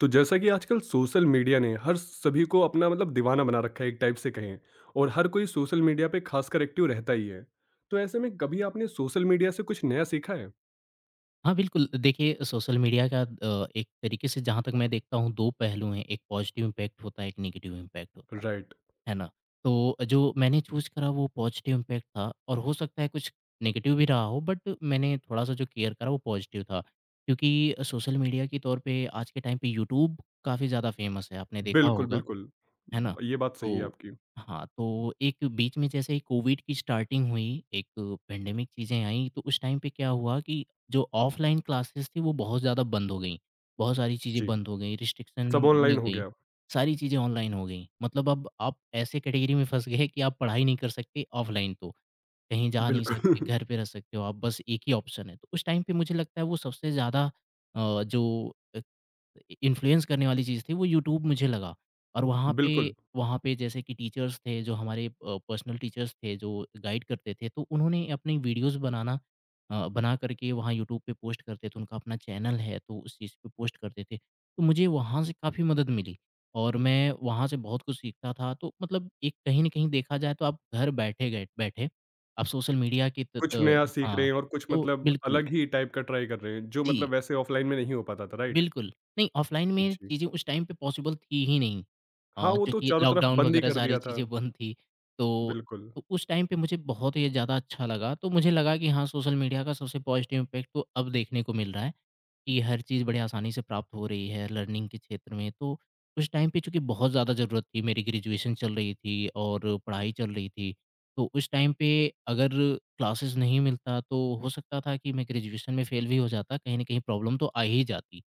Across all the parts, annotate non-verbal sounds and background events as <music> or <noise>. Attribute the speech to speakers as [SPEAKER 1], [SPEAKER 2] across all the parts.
[SPEAKER 1] तो जैसा कि आजकल सोशल मीडिया ने हर सभी को अपना मतलब दीवाना बना रखा है एक टाइप से कहें। और हर कोई सोशल मीडिया पे खासकर एक्टिव रहता ही है। तो ऐसे में कभी आपने सोशल मीडिया से कुछ नया सीखा है?
[SPEAKER 2] हाँ, बिल्कुल। देखिए, सोशल मीडिया का एक तरीके से जहाँ तक मैं देखता हूँ 2 पहलू हैं, एक पॉज़िटिव इम्पैक्ट होता है, एक नेगेटिव इम्पैक्ट होता
[SPEAKER 1] राइट।
[SPEAKER 2] है ना? तो जो मैंने चूज़ करा वो पॉज़िटिव इम्पैक्ट था और हो सकता है कुछ नेगेटिव भी रहा हो बट मैंने थोड़ा-सा जो केयर करा वो पॉज़िटिव था। क्योंकि सोशल मीडिया के तौर पे आज के टाइम पे यूट्यूब काफ़ी ज़्यादा फ़ेमस है, आपने देखा
[SPEAKER 1] बिल्कुल
[SPEAKER 2] होगा।
[SPEAKER 1] बिल्कुल,
[SPEAKER 2] है ना?
[SPEAKER 1] ये बात सही है
[SPEAKER 2] तो
[SPEAKER 1] आपकी।
[SPEAKER 2] हाँ, तो एक बीच में जैसे ही कोविड की स्टार्टिंग हुई, एक पैंडेमिक चीज़ें आईं, तो उस टाइम पे क्या हुआ कि जो ऑफ़लाइन क्लासेस थी, वो बहुत ज़्यादा बंद हो गईं। बहुत सारी चीज़ें
[SPEAKER 1] जी,
[SPEAKER 2] बंद हो गईं, रिस्ट्रिक्शन
[SPEAKER 1] सब ऑनलाइन
[SPEAKER 2] लग
[SPEAKER 1] हो
[SPEAKER 2] गईं,
[SPEAKER 1] गया।
[SPEAKER 2] सारी चीज़ें ऑनलाइन हो गईं। मतलब अब आप ऐसे कैटेगरी में फँस गए कि आप पढ़ाई नहीं कर सकते ऑफ़लाइन तो, कहीं जा नहीं सकते,
[SPEAKER 1] बिल्कुल।
[SPEAKER 2] घर पे रह सकते हो आप, बस एक ही ऑप्शन है। तो उस टाइम पे मुझे लगता है वो सबसे ज़्यादा जो इन्फ्लुएंस करने वाली चीज़ थी वो यूट्यूब मुझे लगा। और वहाँ
[SPEAKER 1] <laughs>
[SPEAKER 2] पे
[SPEAKER 1] बिल्कुल
[SPEAKER 2] वहाँ पे जैसे कि टीचर्स थे जो हमारे पर्सनल टीचर्स थे जो गाइड करते थे तो उन्होंने अपनी वीडियोज़ बना करके वहाँ यूट्यूब पे पोस्ट करते थे। उनका अपना चैनल है तो उस चीज़ पे पोस्ट करते थे। तो मुझे वहाँ से काफ़ी मदद मिली और मैं वहाँ से बहुत कुछ सीखता था। तो मतलब एक कहीं न कहीं देखा जाए तो आप घर बैठे गए बैठे आप सोशल मीडिया की
[SPEAKER 1] कुछ नया सीख रहे
[SPEAKER 2] हाँ,
[SPEAKER 1] हैं और कुछ
[SPEAKER 2] तो
[SPEAKER 1] मतलब
[SPEAKER 2] बिल्कुल।
[SPEAKER 1] अलग ही टाइप का ट्राई कर रहे हैं जो
[SPEAKER 2] जी।
[SPEAKER 1] मतलब वैसे ऑफलाइन में नहीं हो पाता था, राइट।
[SPEAKER 2] बिल्कुल, नहीं ऑफ़लाइन में
[SPEAKER 1] जी।
[SPEAKER 2] चीज़ें उस टाइम पे पॉसिबल थी ही नहीं
[SPEAKER 1] हाँ, वो तो
[SPEAKER 2] क्योंकि
[SPEAKER 1] चारों तरफ
[SPEAKER 2] लॉकडाउन
[SPEAKER 1] बंद ही
[SPEAKER 2] वगैरह
[SPEAKER 1] कर
[SPEAKER 2] सारी
[SPEAKER 1] दिया था।
[SPEAKER 2] चीज़ें बंद थी। तो
[SPEAKER 1] बिल्कुल।
[SPEAKER 2] तो उस टाइम पे मुझे बहुत ही ज़्यादा अच्छा लगा, तो मुझे लगा कि हाँ, सोशल मीडिया का सबसे पॉज़िटिव इम्पैक्ट तो अब देखने को मिल रहा है कि हर चीज़ बड़े आसानी से प्राप्त हो रही है लर्निंग के क्षेत्र में। तो उस टाइम पे चूँकि बहुत ज़्यादा ज़रूरत थी, मेरी ग्रेजुएशन चल रही थी और पढ़ाई चल रही थी। तो उस टाइम पे अगर क्लासेस नहीं मिलता, तो हो सकता था कि मैं ग्रेजुएशन में फ़ेल भी हो जाता, कहीं न कहीं प्रॉब्लम तो आ ही जाती।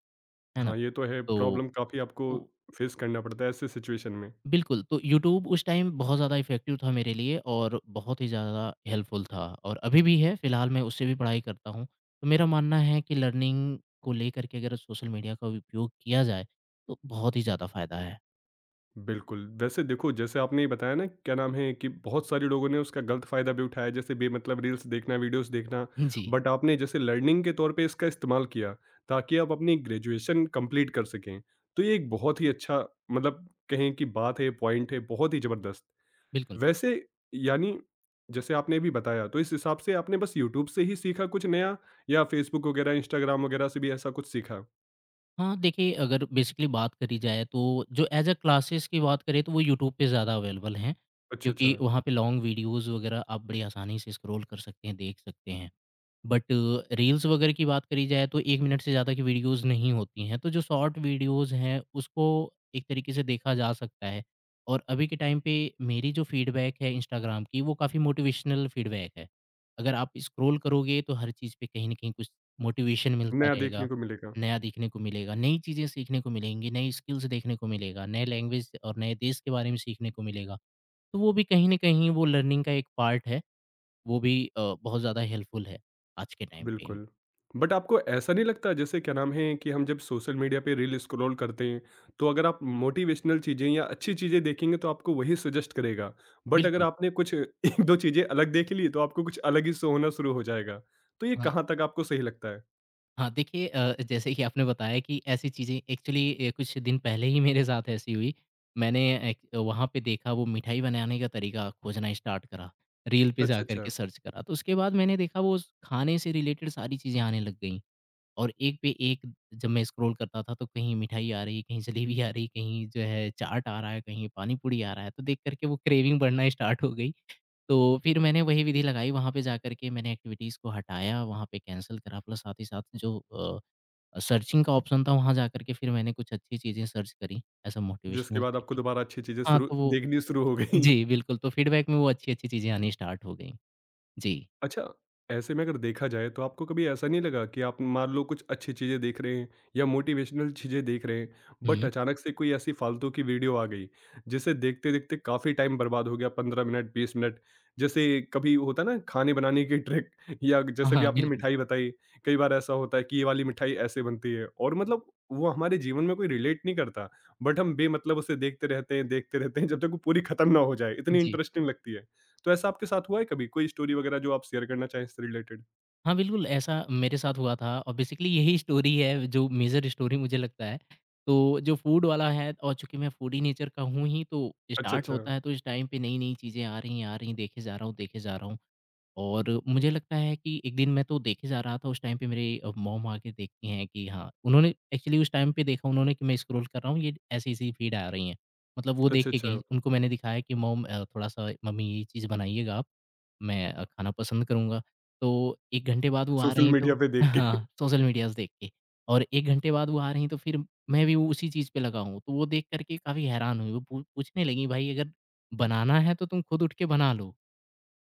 [SPEAKER 2] है ना?
[SPEAKER 1] हाँ, ये तो है,
[SPEAKER 2] तो
[SPEAKER 1] प्रॉब्लम काफ़ी आपको
[SPEAKER 2] तो
[SPEAKER 1] फेस करना पड़ता है ऐसे सिचुएशन में।
[SPEAKER 2] बिल्कुल, तो यूट्यूब उस टाइम बहुत ज़्यादा इफ़ेक्टिव था मेरे लिए और बहुत ही ज़्यादा हेल्पफुल था और अभी भी है, फिलहाल मैं उससे भी पढ़ाई करता हूँ। तो मेरा मानना है कि लर्निंग को लेकर के अगर सोशल मीडिया का उपयोग किया जाए, तो बहुत ही ज़्यादा फ़ायदा है।
[SPEAKER 1] बिल्कुल, वैसे देखो जैसे आपने ये बताया ना क्या नाम है कि बहुत सारे लोगों ने उसका गलत फ़ायदा भी उठाया जैसे बेमतलब रील्स देखना, वीडियोज़ देखना,
[SPEAKER 2] जी,
[SPEAKER 1] बट आपने जैसे लर्निंग के तौर पे इसका इस्तेमाल किया ताकि आप अपनी ग्रेजुएशन कंप्लीट कर सकें। तो ये एक बहुत ही अच्छा मतलब कहें कि बात है, पॉइंट है, बहुत ही ज़बरदस्त।
[SPEAKER 2] बिल्कुल।
[SPEAKER 1] वैसे यानी जैसे आपने अभी बताया तो इस हिसाब से आपने बस यूट्यूब से ही सीखा कुछ नया या फ़ेसबुक वगैरह, इंस्टाग्राम वगैरह से भी ऐसा कुछ सीखा?
[SPEAKER 2] हाँ, देखिए अगर बेसिकली बात करी जाए तो जो एज़ अ क्लासेस की बात करें तो वो यूट्यूब पे ज़्यादा अवेलेबल हैं,
[SPEAKER 1] अच्छा,
[SPEAKER 2] क्योंकि
[SPEAKER 1] अच्छा।
[SPEAKER 2] वहाँ पे लॉन्ग वीडियोज़ वगैरह आप बड़ी आसानी से स्क्रॉल कर सकते हैं, देख सकते हैं। बट रील्स वगैरह की बात करी जाए तो 1 मिनट से ज़्यादा की वीडियोज़ नहीं होती हैं, तो जो शॉर्ट वीडियोज़ हैं, उसको एक तरीके से देखा जा सकता है। और अभी के टाइम पे मेरी जो फीडबैक है इंस्टाग्राम की, वो काफ़ी मोटिवेशनल फीडबैक है। अगर आप स्क्रॉल करोगे तो हर चीज़ पे कहीं न कहीं कुछ मोटिवेशन मिलता
[SPEAKER 1] नया
[SPEAKER 2] रहेगा,
[SPEAKER 1] देखने को मिलेगा।
[SPEAKER 2] नया देखने को मिलेगा, नई चीज़ें सीखने को मिलेंगी, नई स्किल्स देखने को मिलेगा, नए लैंग्वेज और नए देश के बारे में सीखने को मिलेगा। तो वो भी कहीं न कहीं वो लर्निंग का एक पार्ट है। वो भी बहुत ज़्यादा हेल्पफुल है आज के टाइम पे।
[SPEAKER 1] बिल्कुल। बट आपको ऐसा नहीं लगता जैसे क्या नाम है कि हम जब सोशल मीडिया पे रील स्क्रॉल करते हैं, तो अगर आप मोटिवेशनल चीज़ें या अच्छी चीज़ें देखेंगे तो आपको वही सजेस्ट करेगा। बट अगर
[SPEAKER 2] बिल्कुल,
[SPEAKER 1] आपने कुछ <laughs> 1-2 चीज़ें अलग देख ली तो आपको कुछ अलग ही शो होना शुरू हो जाएगा। तो ये
[SPEAKER 2] हाँ,
[SPEAKER 1] कहाँ तक आपको सही लगता है?
[SPEAKER 2] हाँ, देखिए जैसे कि आपने बताया कि ऐसी चीज़ें एक्चुअली कुछ दिन पहले ही मेरे साथ ऐसी हुई। मैंने एक वहाँ पे देखा वो मिठाई बनाने का तरीका खोजना स्टार्ट करा, रील पे
[SPEAKER 1] अच्छा,
[SPEAKER 2] जाकर के
[SPEAKER 1] अच्छा।
[SPEAKER 2] सर्च करा। तो उसके बाद मैंने देखा वो स खाने से रिलेटेड सारी चीज़ें आने लग गईं और एक पे एक जब मैं स्क्रॉल करता था तो कहीं मिठाई आ रही, कहीं जलेबी आ रही, कहीं जो है चाट आ रहा है, कहीं पानी पूरी आ रहा है, तो देख कर के वो क्रेविंग बढ़ना स्टार्ट हो गई। तो फिर मैंने वही विधि लगाई वहाँ पे जाकर के मैंने एक्टिविटीज़ को हटाया, वहाँ पे कैंसल करा प्लस साथ ही साथ जो सर्चिंग का ऑप्शन था वहाँ जाकर के फिर मैंने कुछ अच्छी चीज़ें सर्च करी एज़ अ
[SPEAKER 1] जिसके
[SPEAKER 2] मोटिवेशनल
[SPEAKER 1] बाद आपको
[SPEAKER 2] तरीके।
[SPEAKER 1] दोबारा अच्छी चीज़ें
[SPEAKER 2] हाँ,
[SPEAKER 1] शुरू
[SPEAKER 2] तो वो
[SPEAKER 1] देखनी शुरू हो गई।
[SPEAKER 2] जी, बिल्कुल, तो फीडबैक में वो अच्छी-अच्छी चीज़ें आनी स्टार्ट हो गईं। जी।
[SPEAKER 1] अच्छा, ऐसे में अगर देखा जाए तो आपको कभी ऐसा नहीं लगा कि आप मान लो कुछ अच्छी चीज़ें देख रहे हैं या मोटिवेशनल चीज़ें देख रहे हैं, बट
[SPEAKER 2] हुँ।
[SPEAKER 1] अचानक से कोई ऐसी फालतू की वीडियो आ गई, जिसे देखते-देखते काफ़ी टाइम बर्बाद हो गया, 15 मिनट, 20 मिनट। जैसे कभी होता है ना खाने बनाने की ट्रिक <laughs> या
[SPEAKER 2] हाँ,
[SPEAKER 1] जैसे भी
[SPEAKER 2] हाँ,
[SPEAKER 1] आपने
[SPEAKER 2] बिल्कुल।
[SPEAKER 1] मिठाई बताई, कई बार ऐसा होता है कि ये वाली मिठाई ऐसे बनती है और मतलब वो हमारे जीवन में कोई रिलेट नहीं करता, बट हम बेमतलब उसे देखते रहते हैं जब तक वो पूरी खत्म ना हो जाए, इतनी
[SPEAKER 2] जी।
[SPEAKER 1] इंटरेस्टिंग लगती है। तो ऐसा आपके साथ हुआ है कभी? कोई स्टोरी वगैरह जो आप शेयर करना चाहें इससे रिलेटेड?
[SPEAKER 2] हाँ, बिल्कुल, ऐसा मेरे साथ हुआ था और बेसिकली यही स्टोरी है जो मेजर स्टोरी मुझे लगता है। तो जो फूड वाला है और चूँकि मैं फूडी नेचर का हूँ ही तो
[SPEAKER 1] अच्छा,
[SPEAKER 2] स्टार्ट
[SPEAKER 1] अच्छा।
[SPEAKER 2] होता है तो इस टाइम पे नई-नई चीज़ें आ रही हैं, देखे जा रहा हूँ, देखे जा रहा हूँ। और मुझे लगता है कि एक दिन मैं तो देखे जा रहा था उस टाइम पे मेरे मॉम आके देखती हैं कि हाँ, उन्होंने एक्चुअली उस टाइम पे देखा उन्होंने कि मैं स्क्रॉल कर रहा हूँ, ये ऐसी-ऐसी फीड आ रही हैं। मतलब वो देख
[SPEAKER 1] अच्छा,
[SPEAKER 2] के गईं,
[SPEAKER 1] अच्छा।
[SPEAKER 2] उनको मैंने दिखाया कि मॉम थोड़ा-सा मम्मी ये चीज़ बनाइएगा आप। मैं खाना पसंद करूँगा। तो 1 घंटे बाद वो आ रही
[SPEAKER 1] सोशल
[SPEAKER 2] हैं तो
[SPEAKER 1] मीडिया पे देख
[SPEAKER 2] <laughs>
[SPEAKER 1] के। <laughs>
[SPEAKER 2] हाँ, सोशल मीडियाज़ देख के और 1 घंटे बाद वो आ रही हैं तो फिर मैं भी वो उसी चीज़ पे लगा हूँ। तो वो देख कर के काफ़ी हैरान हुई। वो पू पूछने लगी भाई अगर बनाना है तो तुम खुद उठ के बना लो,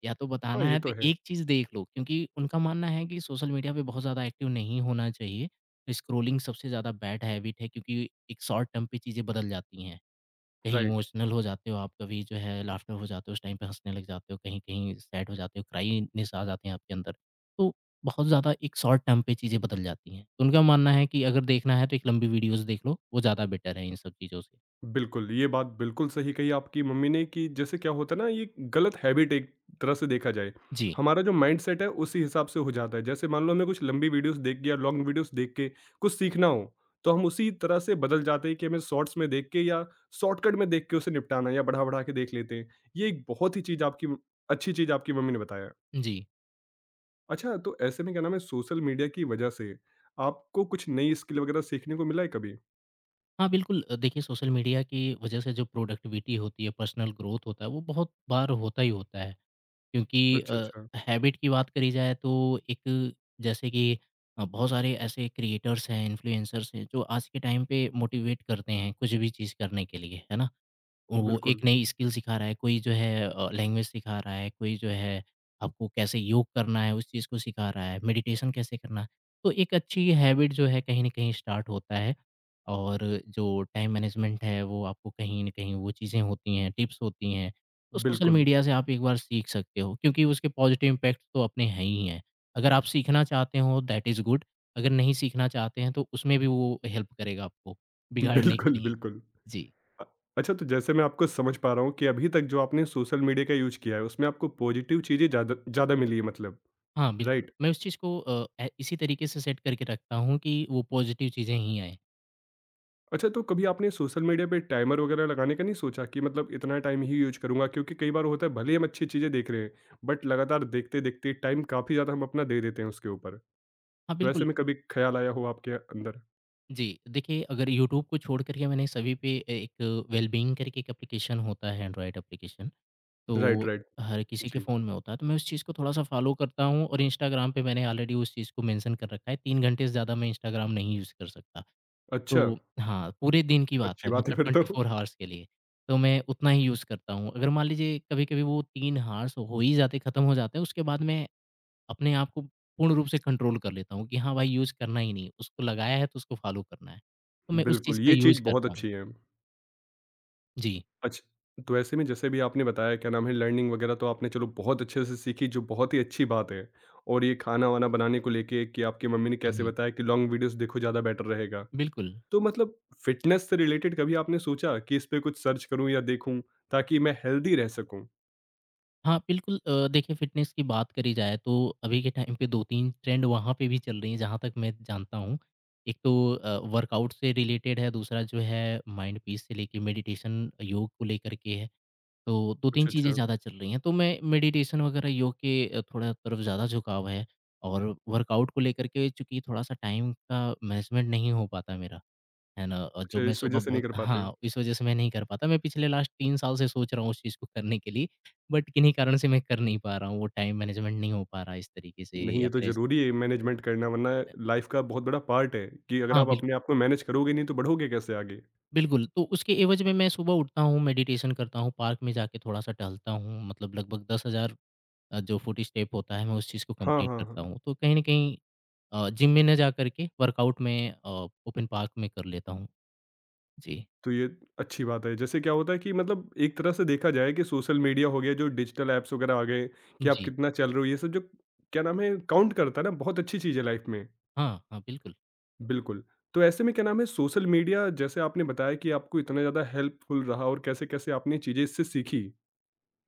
[SPEAKER 2] या तो
[SPEAKER 1] हाँ,
[SPEAKER 2] बताना
[SPEAKER 1] ये
[SPEAKER 2] है
[SPEAKER 1] तो
[SPEAKER 2] तो
[SPEAKER 1] है।
[SPEAKER 2] एक चीज़ देख लो। क्योंकि उनका मानना है कि सोशल मीडिया पे बहुत ज़्यादा एक्टिव नहीं होना चाहिए। स्क्रॉलिंग सबसे ज़्यादा बैड हैबिट है क्योंकि एक शॉर्ट टर्म पे चीज़ें बदल जाती हैं। कहीं
[SPEAKER 1] राइट।
[SPEAKER 2] इमोशनल हो जाते हो आप, कभी जो है लाफ्टर हो जाते हो, उस टाइम पे हँसने लग जाते हो, कहीं-कहीं सैड हो जाते हो, क्राइनेस आ जाते हैं आपके अंदर। तो बहुत ज़्यादा एक शॉर्ट टर्म पे चीज़ें बदल जाती हैं। तो उनका मानना है कि अगर देखना है तो एक लंबी वीडियोज़ देख लो, वो ज़्यादा बेटर है इन सब चीज़ों से।
[SPEAKER 1] बिल्कुल, ये बात बिल्कुल सही कही आपकी मम्मी ने कि जैसे क्या होता है ना, ये गलत हैबिट एक तरह से देखा जाए।
[SPEAKER 2] जी,
[SPEAKER 1] हमारा जो माइंडसेट है उसी हिसाब से हो जाता है। जैसे मान लो हमें कुछ लंबी वीडियोज़ देख के या लॉन्ग वीडियोज़ देख के कुछ सीखना हो, तो हम उसी तरह से बदल जाते हैं कि हमें शॉर्ट्स में देख के या शॉर्टकट में देख के उसे निपटाना है या बढ़ा-बढ़ा के देख लेते हैं। ये एक बहुत ही चीज़ आपकी अच्छी चीज़ आपकी मम्मी ने बताया।
[SPEAKER 2] जी।
[SPEAKER 1] अच्छा, तो ऐसे में क्या नाम है सोशल मीडिया की वजह से आपको कुछ नई स्किल वगैरह सीखने को मिला है कभी?
[SPEAKER 2] हाँ, बिल्कुल देखिए सोशल मीडिया की वजह से जो प्रोडक्टिविटी होती है, पर्सनल ग्रोथ होता है, वो बहुत बार होता ही होता है। क्योंकि
[SPEAKER 1] अच्छा, अच्छा।
[SPEAKER 2] हैबिट की बात करी जाए तो एक जैसे कि बहुत सारे ऐसे क्रिएटर्स हैं, इन्फ्लुएंसर्स हैं जो आज के टाइम पे मोटिवेट करते हैं कुछ भी चीज़ करने के लिए, है ना? और वो
[SPEAKER 1] बिल्कुल,
[SPEAKER 2] एक नई स्किल सिखा रहा है, कोई जो है लैंग्वेज सिखा रहा है, कोई जो है आपको कैसे योग करना है, उस चीज़ को सिखा रहा है, मेडिटेशन कैसे करना है। तो एक अच्छी हैबिट जो है कहीं न कहीं स्टार्ट होता है और जो टाइम मैनेजमेंट है वो आपको कहीं न कहीं वो चीज़ें होती हैं, टिप्स होती हैं, तो सोशल
[SPEAKER 1] बिल्कुल,
[SPEAKER 2] मीडिया से आप एक बार सीख सकते हो क्योंकि उसके पॉजिटिव इम्पैक्ट तो अपने हैं ही हैं। अगर आप सीखना चाहते हो दैट इज़ गुड, अगर नहीं सीखना चाहते हैं तो उसमें भी वो हेल्प करेगा आपको
[SPEAKER 1] <laughs>
[SPEAKER 2] बिगाड़ने के
[SPEAKER 1] बिल्कुल,
[SPEAKER 2] लिए।
[SPEAKER 1] बिल्कुल।
[SPEAKER 2] जी।
[SPEAKER 1] अ, अच्छा तो जैसे मैं आपको समझ पा रहा हूँ कि अभी तक जो आपने सोशल मीडिया का यूज़ किया है उसमें आपको पॉजिटिव चीज़ें ज़्यादा ज़्यादा मिली है मतलब,
[SPEAKER 2] हाँ, बिल्कुल।
[SPEAKER 1] राइट?
[SPEAKER 2] मैं उस चीज़ को अ, ए इसी तरीके से सेट करके रखता हूँ कि वो पॉज़िटिव चीज़ें ही आएँ।
[SPEAKER 1] अच्छा तो कभी आपने सोशल मीडिया पे टाइमर वगैरह लगाने का नहीं सोचा कि मतलब इतना टाइम ही यूज़ करूँगा क्योंकि कई बार होता है भले ही हम अच्छी चीज़ें देख रहे हैं, बट लगातार देखते-देखते टाइम काफ़ी ज़्यादा हम अपना दे देते हैं उसके ऊपर।
[SPEAKER 2] हाँ,
[SPEAKER 1] तो
[SPEAKER 2] बिल्कुल।
[SPEAKER 1] ऐसे में कभी ख़्याल आया हो आपके अंदर?
[SPEAKER 2] जी, देखिए अगर यूट्यूब को छोड़ कर के मैंने सभी पे ए एक वेलबीइंग करके एक एप्लीकेशन होता है एंड्रॉयड एप्लीकेशन,
[SPEAKER 1] राइट,
[SPEAKER 2] तो
[SPEAKER 1] राइट।
[SPEAKER 2] हर किसी के
[SPEAKER 1] जी,
[SPEAKER 2] फ़ोन में होता है, तो मैं उस चीज़ को थोड़ा-सा फ़ॉलो करता हूँ और इंस्टाग्राम पे मैंने ऑलरेडी उस चीज़ को मेंशन कर रखा है, 3 घंटे से ज़्यादा मैं इंस्टाग्राम नहीं यूज़ कर सकता।
[SPEAKER 1] अच्छा!
[SPEAKER 2] तो हाँ, पूरे दिन
[SPEAKER 1] ये
[SPEAKER 2] की
[SPEAKER 1] तो
[SPEAKER 2] बात
[SPEAKER 1] अच्छी
[SPEAKER 2] है
[SPEAKER 1] बात है
[SPEAKER 2] मतलब
[SPEAKER 1] फिर तो।
[SPEAKER 2] 24 हॉर्स के लिए, तो मैं उतना ही यूज़ करता हूँ। अगर मान लीजिए कभी-कभी वो 3 हॉर्स हो ही जाते, खत्म हो जाते हैं, उसके बाद मैं अपने आप को पूर्ण रूप से कंट्रोल कर लेता हूँ कि हाँ भाई यूज़ करना ही नहीं है। उसको लगाया है तो उसको फॉलो करना है। तो मैं उस चीज़
[SPEAKER 1] बिल्कुल,
[SPEAKER 2] का
[SPEAKER 1] ये चीज़
[SPEAKER 2] यूज़
[SPEAKER 1] बहुत
[SPEAKER 2] करता हूँ।
[SPEAKER 1] अच्छी है।
[SPEAKER 2] जी।
[SPEAKER 1] अच्छ, तो ऐसे में जैसे भी आपने बताया क्या नाम है लर्निंग वगैरह तो आपने चलो बहुत अच्छे से सीखी जो बहुत ही अच्छी बात है और ये खाना-वाना बनाने को लेके कि आपकी मम्मी ने
[SPEAKER 2] हुँ,
[SPEAKER 1] कैसे
[SPEAKER 2] हुँ।
[SPEAKER 1] बताया कि लॉन्ग वीडियोज़ देखो ज़्यादा बेटर रहेगा।
[SPEAKER 2] बिल्कुल।
[SPEAKER 1] तो मतलब फ़िटनेस से रिलेटेड कभी आपने सोचा कि इस पे कुछ सर्च करूँ या देखूँ ताकि मैं हेल्दी रह सकूँ?
[SPEAKER 2] हाँ, बिल्कुल देखिए फ़िटनेस की बात करी जाए तो अभी के टाइम पे 2-3 ट्रेंड वहाँ पे भी चल रही हैं जहाँ तक मैं जानता हूँ। एक तो वर्कआउट से रिलेटेड है, दूसरा जो है माइंड पीस से लेके मेडिटेशन योग को लेकर के है। तो 2-3
[SPEAKER 1] कुछ
[SPEAKER 2] चीज़ें
[SPEAKER 1] अच्छा,
[SPEAKER 2] ज़्यादा चल रही हैं, तो मैं मेडिटेशन वगैरह योग के थोड़ा तरफ ज़्यादा झुकाव है और वर्कआउट को लेकर के चूँकि थोड़ा-सा टाइम का मैनेजमेंट नहीं हो पाता मेरा, है ना? और जो
[SPEAKER 1] अच्छा
[SPEAKER 2] मैं
[SPEAKER 1] इस
[SPEAKER 2] सुबह
[SPEAKER 1] वज़ह से नहीं
[SPEAKER 2] बहुत
[SPEAKER 1] कर पाते।
[SPEAKER 2] हाँ, इस वज़ह से मैं नहीं कर पाता। मैं पिछले लास्ट 3 साल से सोच रहा हूँ उस चीज़ को करने के लिए, बट किन्हीं कारण से मैं कर नहीं पा रहा हूँ, वो टाइम मैनेजमेंट नहीं हो पा रहा है इस तरीके से
[SPEAKER 1] नहीं,
[SPEAKER 2] या
[SPEAKER 1] ये तो
[SPEAKER 2] फिर ऐस
[SPEAKER 1] ज़रूरी है मैनेजमेंट करना वरना
[SPEAKER 2] अ,
[SPEAKER 1] लाइफ़ का बहुत बड़ा पार्ट है कि अगर
[SPEAKER 2] हाँ,
[SPEAKER 1] आप
[SPEAKER 2] बिल्कुल,
[SPEAKER 1] अपने आप को मैनेज करोगे नहीं तो बढ़ोगे कैसे आगे?
[SPEAKER 2] बिल्कुल। तो उसके एवज़ में मैं सुबह उठता हूँ, मेडिटेशन करता हूँ, पार्क में जाके थोड़ा-सा टहलता हूँ, मतलब लगभग 10,000 जो 40 स्टेप होता है मैं उस चीज़ को
[SPEAKER 1] हाँ,
[SPEAKER 2] कंप्लीट
[SPEAKER 1] हाँ,
[SPEAKER 2] करता
[SPEAKER 1] हाँ।
[SPEAKER 2] हूँ। तो कहीं न कहीं जिम में ना जा करके वर्कआउट में ओपन पार्क में कर लेता हूँ। जी।
[SPEAKER 1] तो ये अच्छी बात है। जैसे क्या होता है कि मतलब एक तरह से देखा जाए कि सोशल मीडिया हो गया जो डिजिटल ऐप्स वगैरह आ गए कि आप
[SPEAKER 2] जी।
[SPEAKER 1] कितना चल रहे हो ये सब जो क्या नाम है काउंट करता है ना, बहुत अच्छी चीज़ है लाइफ़ में।
[SPEAKER 2] हाँ, हाँ, बिल्कुल।
[SPEAKER 1] बिल्कुल। तो ऐसे में क्या नाम है सोशल मीडिया जैसे आपने बताया कि आपको इतना ज़्यादा हेल्पफुल रहा और कैसे-कैसे आपने चीज़ें इससे सीखी।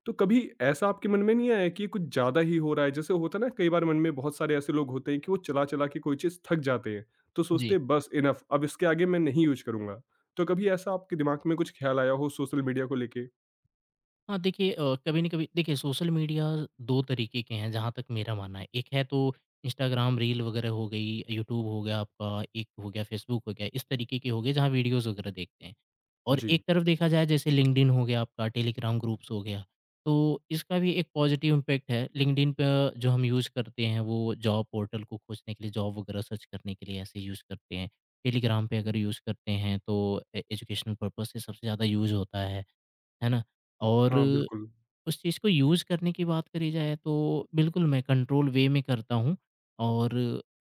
[SPEAKER 1] तो कभी ऐसा आपके मन में नहीं आया कि ये कुछ ज़्यादा ही हो रहा है? जैसे होता है ना कई बार मन में बहुत सारे ऐसे लोग होते हैं कि वो चला-चला के कोई चीज़ थक जाते हैं, तो सोचते
[SPEAKER 2] जी।
[SPEAKER 1] हैं बस इनफ अब इसके आगे मैं नहीं यूज़ करूँगा। तो कभी ऐसा आपके दिमाग में कुछ ख़्याल आया हो सोशल मीडिया को लेके?
[SPEAKER 2] हाँ देखिए कभी न कभी देखिए सोशल मीडिया 2 तरीके के हैं जहाँ तक मेरा मानना है। एक है तो इंस्टाग्राम रील वगैरह हो गई, यूट्यूब हो गया आपका, एक हो गया फ़ेसबुक हो गया, इस तरीके के हो गए जहाँ वीडियोज़ वगैरह देखते हैं। और
[SPEAKER 1] जी।
[SPEAKER 2] एक तरफ देखा जाए जैसे लिंक्डइन हो गया आपका, टेलीग्राम ग्रुप्स हो गया, तो इसका भी एक पॉज़िटिव इम्पैक्ट है। लिंक्डइन पे जो हम यूज़ करते हैं वो जॉब पोर्टल को खोजने के लिए, जॉब वगैरह सर्च करने के लिए ऐसे यूज़ करते हैं। टेलीग्राम पे अगर यूज़ करते हैं तो ए एजुकेशनल पर्पज़ से सबसे ज़्यादा यूज़ होता है ना? और
[SPEAKER 1] हाँ, बिल्कुल।
[SPEAKER 2] उस चीज़ को यूज़ करने की बात करी जाए तो बिल्कुल मैं कंट्रोल वे में करता हूँ और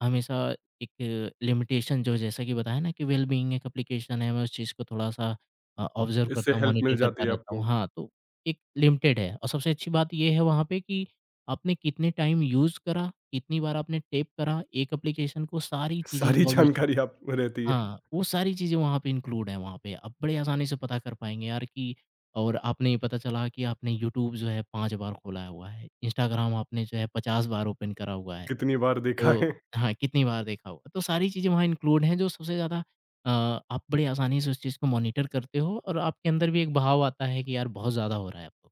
[SPEAKER 2] हमेशा एक लिमिटेशन जो जैसा कि बताया ना कि वेलबीइंग एक एप्लीकेशन है मैं उस चीज़ को थोड़ा-सा ऑब्ज़र्व
[SPEAKER 1] इससे
[SPEAKER 2] करता हूँ,
[SPEAKER 1] हेल्प
[SPEAKER 2] मॉनिटर
[SPEAKER 1] मिल
[SPEAKER 2] करता
[SPEAKER 1] जाती है
[SPEAKER 2] रहता हूँ।
[SPEAKER 1] आपको।
[SPEAKER 2] हाँ, तो एक लिमिटेड है और सबसे अच्छी बात ये है वहाँ पे कि आपने कितने टाइम यूज़ करा, कितनी बार आपने टैप करा एक एप्लीकेशन को सारी चीज़ें
[SPEAKER 1] सारी
[SPEAKER 2] इन्फॉर्मेशन
[SPEAKER 1] जानकारी आप रहती है।
[SPEAKER 2] हाँ, वो सारी चीज़ें वहाँ पे इंक्लूड हैं वहाँ पे, आप बड़े आसानी से पता कर पाएँगे यार कि और आपने पता चला कि आपने यूट्यूब जो है 5 बार खोला हुआ है, इंस्टाग्राम आपने जो है 50 बार ओपन करा हुआ है,
[SPEAKER 1] कितनी बार देखा
[SPEAKER 2] तो
[SPEAKER 1] है।
[SPEAKER 2] हाँ, कितनी बार देखा होगा। तो सारी चीज़ें वहाँ इंक्लूड हैं जो सबसे ज़्यादा अ, आप बड़े आसानी से उस चीज़ को मॉनिटर करते हो और आपके अंदर भी एक भाव आता है कि यार बहुत ज़्यादा हो रहा है अब तो।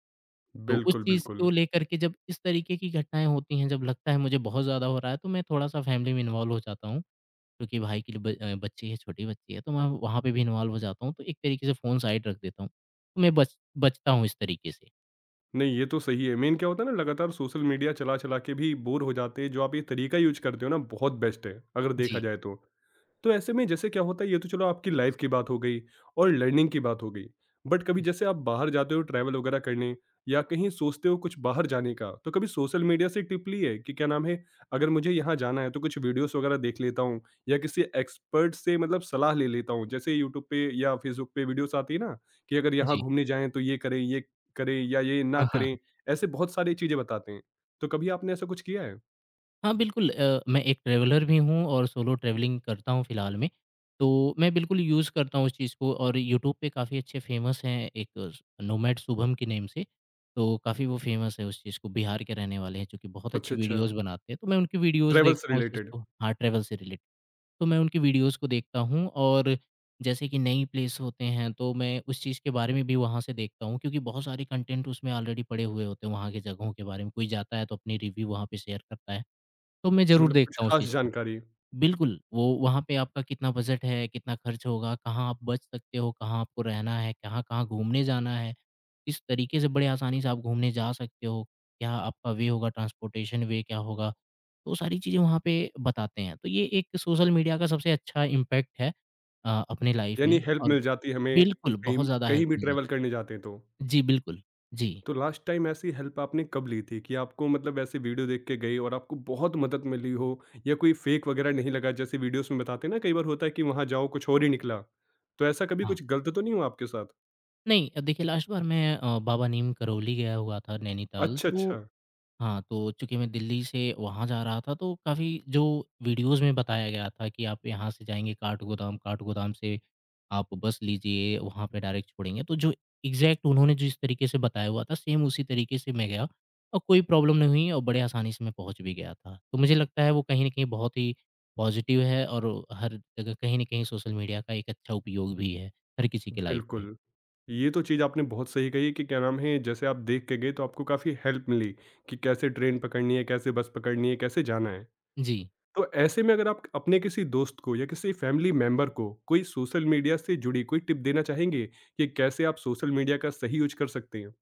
[SPEAKER 2] तो उस
[SPEAKER 1] बिल्कुल,
[SPEAKER 2] चीज़ को
[SPEAKER 1] बिल्कुल।
[SPEAKER 2] लेकर के जब इस तरीके की घटनाएँ होती हैं, जब लगता है मुझे बहुत ज़्यादा हो रहा है, तो मैं थोड़ा-सा फैमिली में इन्वॉल्व हो जाता हूँ। क्योंकि भाई की बच्ची है, छोटी बच्ची है, तो मैं वहाँ पे भी इन्वॉल्व हो जाता हूँ, तो एक तरीके से फ़ोन साइड रख देता हूँ। तो मैं बच बचता हूँ इस तरीके से।
[SPEAKER 1] नहीं, ये तो सही है। मेन क्या होता है ना लगातार सोशल मीडिया चला-चला के भी बोर हो जाते हैं। जो आप ये तरीका यूज़ करते हो ना बहुत बेस्ट है, अगर देखा
[SPEAKER 2] जी।
[SPEAKER 1] जाए तो। तो ऐसे में जैसे क्या होता है ये तो चलो आपकी लाइफ की बात हो गई और लर्निंग की बात हो गई बट कभी
[SPEAKER 2] जी।
[SPEAKER 1] जैसे आप बाहर जाते हो ट्रैवल वगैरह करने या कहीं सोचते हो कुछ बाहर जाने का तो कभी सोशल मीडिया से टिप ली है कि क्या नाम है अगर मुझे यहाँ जाना है तो कुछ वीडियोस वगैरह देख लेता हूँ या किसी एक्सपर्ट से मतलब सलाह ले लेता हूँ जैसे यूट्यूब पे या फेसबुक पे वीडियोस आती है ना कि अगर यहाँ
[SPEAKER 2] जी।
[SPEAKER 1] घूमने जाएं तो ये करें, ये करें या ये ना
[SPEAKER 2] हाँ, हाँ।
[SPEAKER 1] करें, ऐसे बहुत सारी चीजें बताते हैं, तो कभी आपने ऐसा कुछ किया है?
[SPEAKER 2] हाँ, बिल्कुल मैं एक ट्रैवलर भी हूँ और सोलो ट्रैवलिंग करता हूँ फ़िलहाल में। तो मैं बिल्कुल यूज़ करता हूँ उस चीज़ को और यूट्यूब पे काफ़ी अच्छे फ़ेमस हैं एक स नोमैड शुभम के नेम से, तो काफ़ी वो फ़ेमस है उस चीज़ को, बिहार के रहने वाले हैं, जो कि बहुत
[SPEAKER 1] अच्छा,
[SPEAKER 2] अच्छी
[SPEAKER 1] अच्छा।
[SPEAKER 2] वीडियोज़ बनाते हैं, तो मैं उनकी वीडियोज़
[SPEAKER 1] ट्रैवल
[SPEAKER 2] देखता
[SPEAKER 1] से
[SPEAKER 2] हूँ उस चीज़
[SPEAKER 1] रिलेटेड
[SPEAKER 2] को हाँ, ट्रैवल से रिलेटेड। तो मैं उनकी वीडियोज़ को देखता हूँ और जैसे कि नई प्लेस होते हैं तो मैं उस चीज़ के बारे में भी वहाँ से देखता हूँ क्योंकि बहुत सारे कंटेंट उसमें ऑलरेडी पड़े हुए होते हैं वहाँ की जगहों के बारे में। कोई जाता है तो अपनी रिव्यू वहाँ पे शेयर करता है, तो मैं ज़रूर
[SPEAKER 1] मतलब कुछ
[SPEAKER 2] देखता हूँ उस
[SPEAKER 1] खास
[SPEAKER 2] चीज़ को।
[SPEAKER 1] जानकारी।
[SPEAKER 2] बिल्कुल, वो वहाँ पे आपका कितना बजट है, कितना खर्च होगा, कहाँ आप बच सकते हो, कहाँ आपको रहना है, कहाँ-कहाँ घूमने जाना है। इस तरीके से बड़े आसानी से आप घूमने जा सकते हो, क्या आपका वे होगा ट्रांसपोर्टेशन वे क्या होगा, तो सारी चीज़ें वहाँ पे बताते हैं। तो ये एक सोशल मीडिया का सबसे अच्छा इम्पैक्ट है अपने लाइफ
[SPEAKER 1] यानी
[SPEAKER 2] में
[SPEAKER 1] हेल्प
[SPEAKER 2] और
[SPEAKER 1] मिल जाती है हमें
[SPEAKER 2] बिल्कुल,
[SPEAKER 1] कहीं
[SPEAKER 2] बहुत ज़्यादा हेल्प
[SPEAKER 1] कहीं भी
[SPEAKER 2] मिल जाती
[SPEAKER 1] ट्रैवल करने जाते हैं तो।
[SPEAKER 2] है। जी, बिल्कुल। जी,
[SPEAKER 1] तो लास्ट टाइम ऐसी हेल्प आपने कब ली थी कि आपको मतलब ऐसे वीडियो देख के गए और आपको बहुत मदद मिली हो या कोई फेक वगैरह नहीं लगा जैसे वीडियोस में बताते हैं ना कई बार होता है कि वहाँ जाओ कुछ और ही निकला। तो ऐसा कभी
[SPEAKER 2] हाँ।
[SPEAKER 1] कुछ गलत तो नहीं हुआ आपके साथ?
[SPEAKER 2] नहीं, देखिए लास्ट बार मैं बाबा नीम करौली गया हुआ था नैनीताल
[SPEAKER 1] अच्छा,
[SPEAKER 2] तो
[SPEAKER 1] अच्छा।
[SPEAKER 2] हाँ, तो चूँकि मैं दिल्ली से वहाँ जा रहा था तो काफ़ी जो वीडियोज़ में बताया गया था कि आप यहाँ से जाएँगे काठगोदाम, काठगोदाम से आप बस लीजिए वहाँ पे डायरेक्ट छोड़ेंगे। तो जो एग्ज़ैक्ट उन्होंने जिस तरीके से बताया हुआ था सेम उसी तरीके से मैं गया और कोई प्रॉब्लम नहीं हुई और बड़े आसानी से मैं पहुँच भी गया था। तो मुझे लगता है वो कहीं न कहीं बहुत ही पॉज़िटिव है और हर जगह कहीं न कहीं सोशल मीडिया का एक अच्छा उपयोग भी है, हर किसी के लाइफ़ में।
[SPEAKER 1] बिल्कुल, ये तो चीज़ आपने बहुत सही कही कि क्या नाम है जैसे आप देख के गए तो आपको काफ़ी हेल्प मिली कि कैसे ट्रेन पकड़नी है, कैसे बस पकड़नी है, कैसे जाना है।
[SPEAKER 2] जी।
[SPEAKER 1] तो ऐसे में अगर आप अपने किसी दोस्त को या किसी फैमिली मेंबर को कोई सोशल मीडिया से जुड़ी कोई टिप देना चाहेंगे कि कैसे आप सोशल मीडिया का सही यूज कर सकते हैं?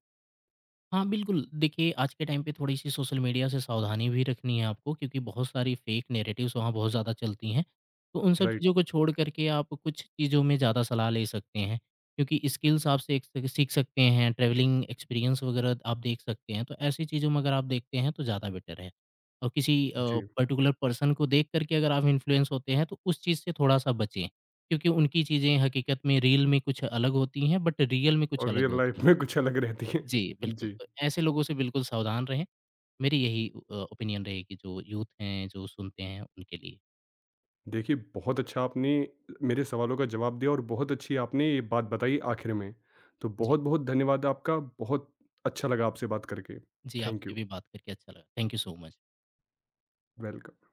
[SPEAKER 2] हाँ, बिल्कुल। देखिए, आज के टाइम पे थोड़ी-सी सोशल मीडिया से सावधानी भी रखनी है आपको क्योंकि बहुत सारी फ़ेक नैरेटिव्स वहाँ बहुत ज़्यादा चलती हैं। तो उन सब
[SPEAKER 1] राइट।
[SPEAKER 2] चीज़ों को छोड़ कर के आप कुछ चीज़ों में ज़्यादा सलाह ले सकते हैं क्योंकि स्किल्स आप से एक सीख सकते हैं, ट्रैवलिंग एक्सपीरियंस वगैरह आप देख सकते हैं। तो ऐसी चीज़ों में अगर आप देखते हैं तो ज़्यादा बेटर है। और किसी
[SPEAKER 1] जी।
[SPEAKER 2] पर्टिकुलर पर्सन को देख कर के अगर आप इन्फ्लुएंस होते हैं तो उस चीज़ से थोड़ा-सा बचें क्योंकि उनकी चीज़ें हकीकत में रील में कुछ अलग होती हैं बट रियल में कुछ
[SPEAKER 1] और
[SPEAKER 2] अलग
[SPEAKER 1] रियल
[SPEAKER 2] होती
[SPEAKER 1] लाइफ
[SPEAKER 2] हैं।
[SPEAKER 1] में कुछ अलग रहती है।
[SPEAKER 2] जी, बिल्कुल।
[SPEAKER 1] जी,
[SPEAKER 2] तो ऐसे लोगों से बिल्कुल सावधान रहें। मेरी यही ओपिनियन रहेगी जो यूथ हैं, जो सुनते हैं उनके लिए।
[SPEAKER 1] देखिए बहुत अच्छा आपने मेरे सवालों का जवाब दिया और बहुत अच्छी आपने ये बात बताई आखिर में, तो
[SPEAKER 2] जी।
[SPEAKER 1] बहुत बहुत धन्यवाद आपका, बहुत अच्छा लगा आपसे बात करके।
[SPEAKER 2] जी,
[SPEAKER 1] थैंक
[SPEAKER 2] आपसे
[SPEAKER 1] यू।
[SPEAKER 2] भी बात करके अच्छा लगा। Thank you so much.
[SPEAKER 1] Welcome.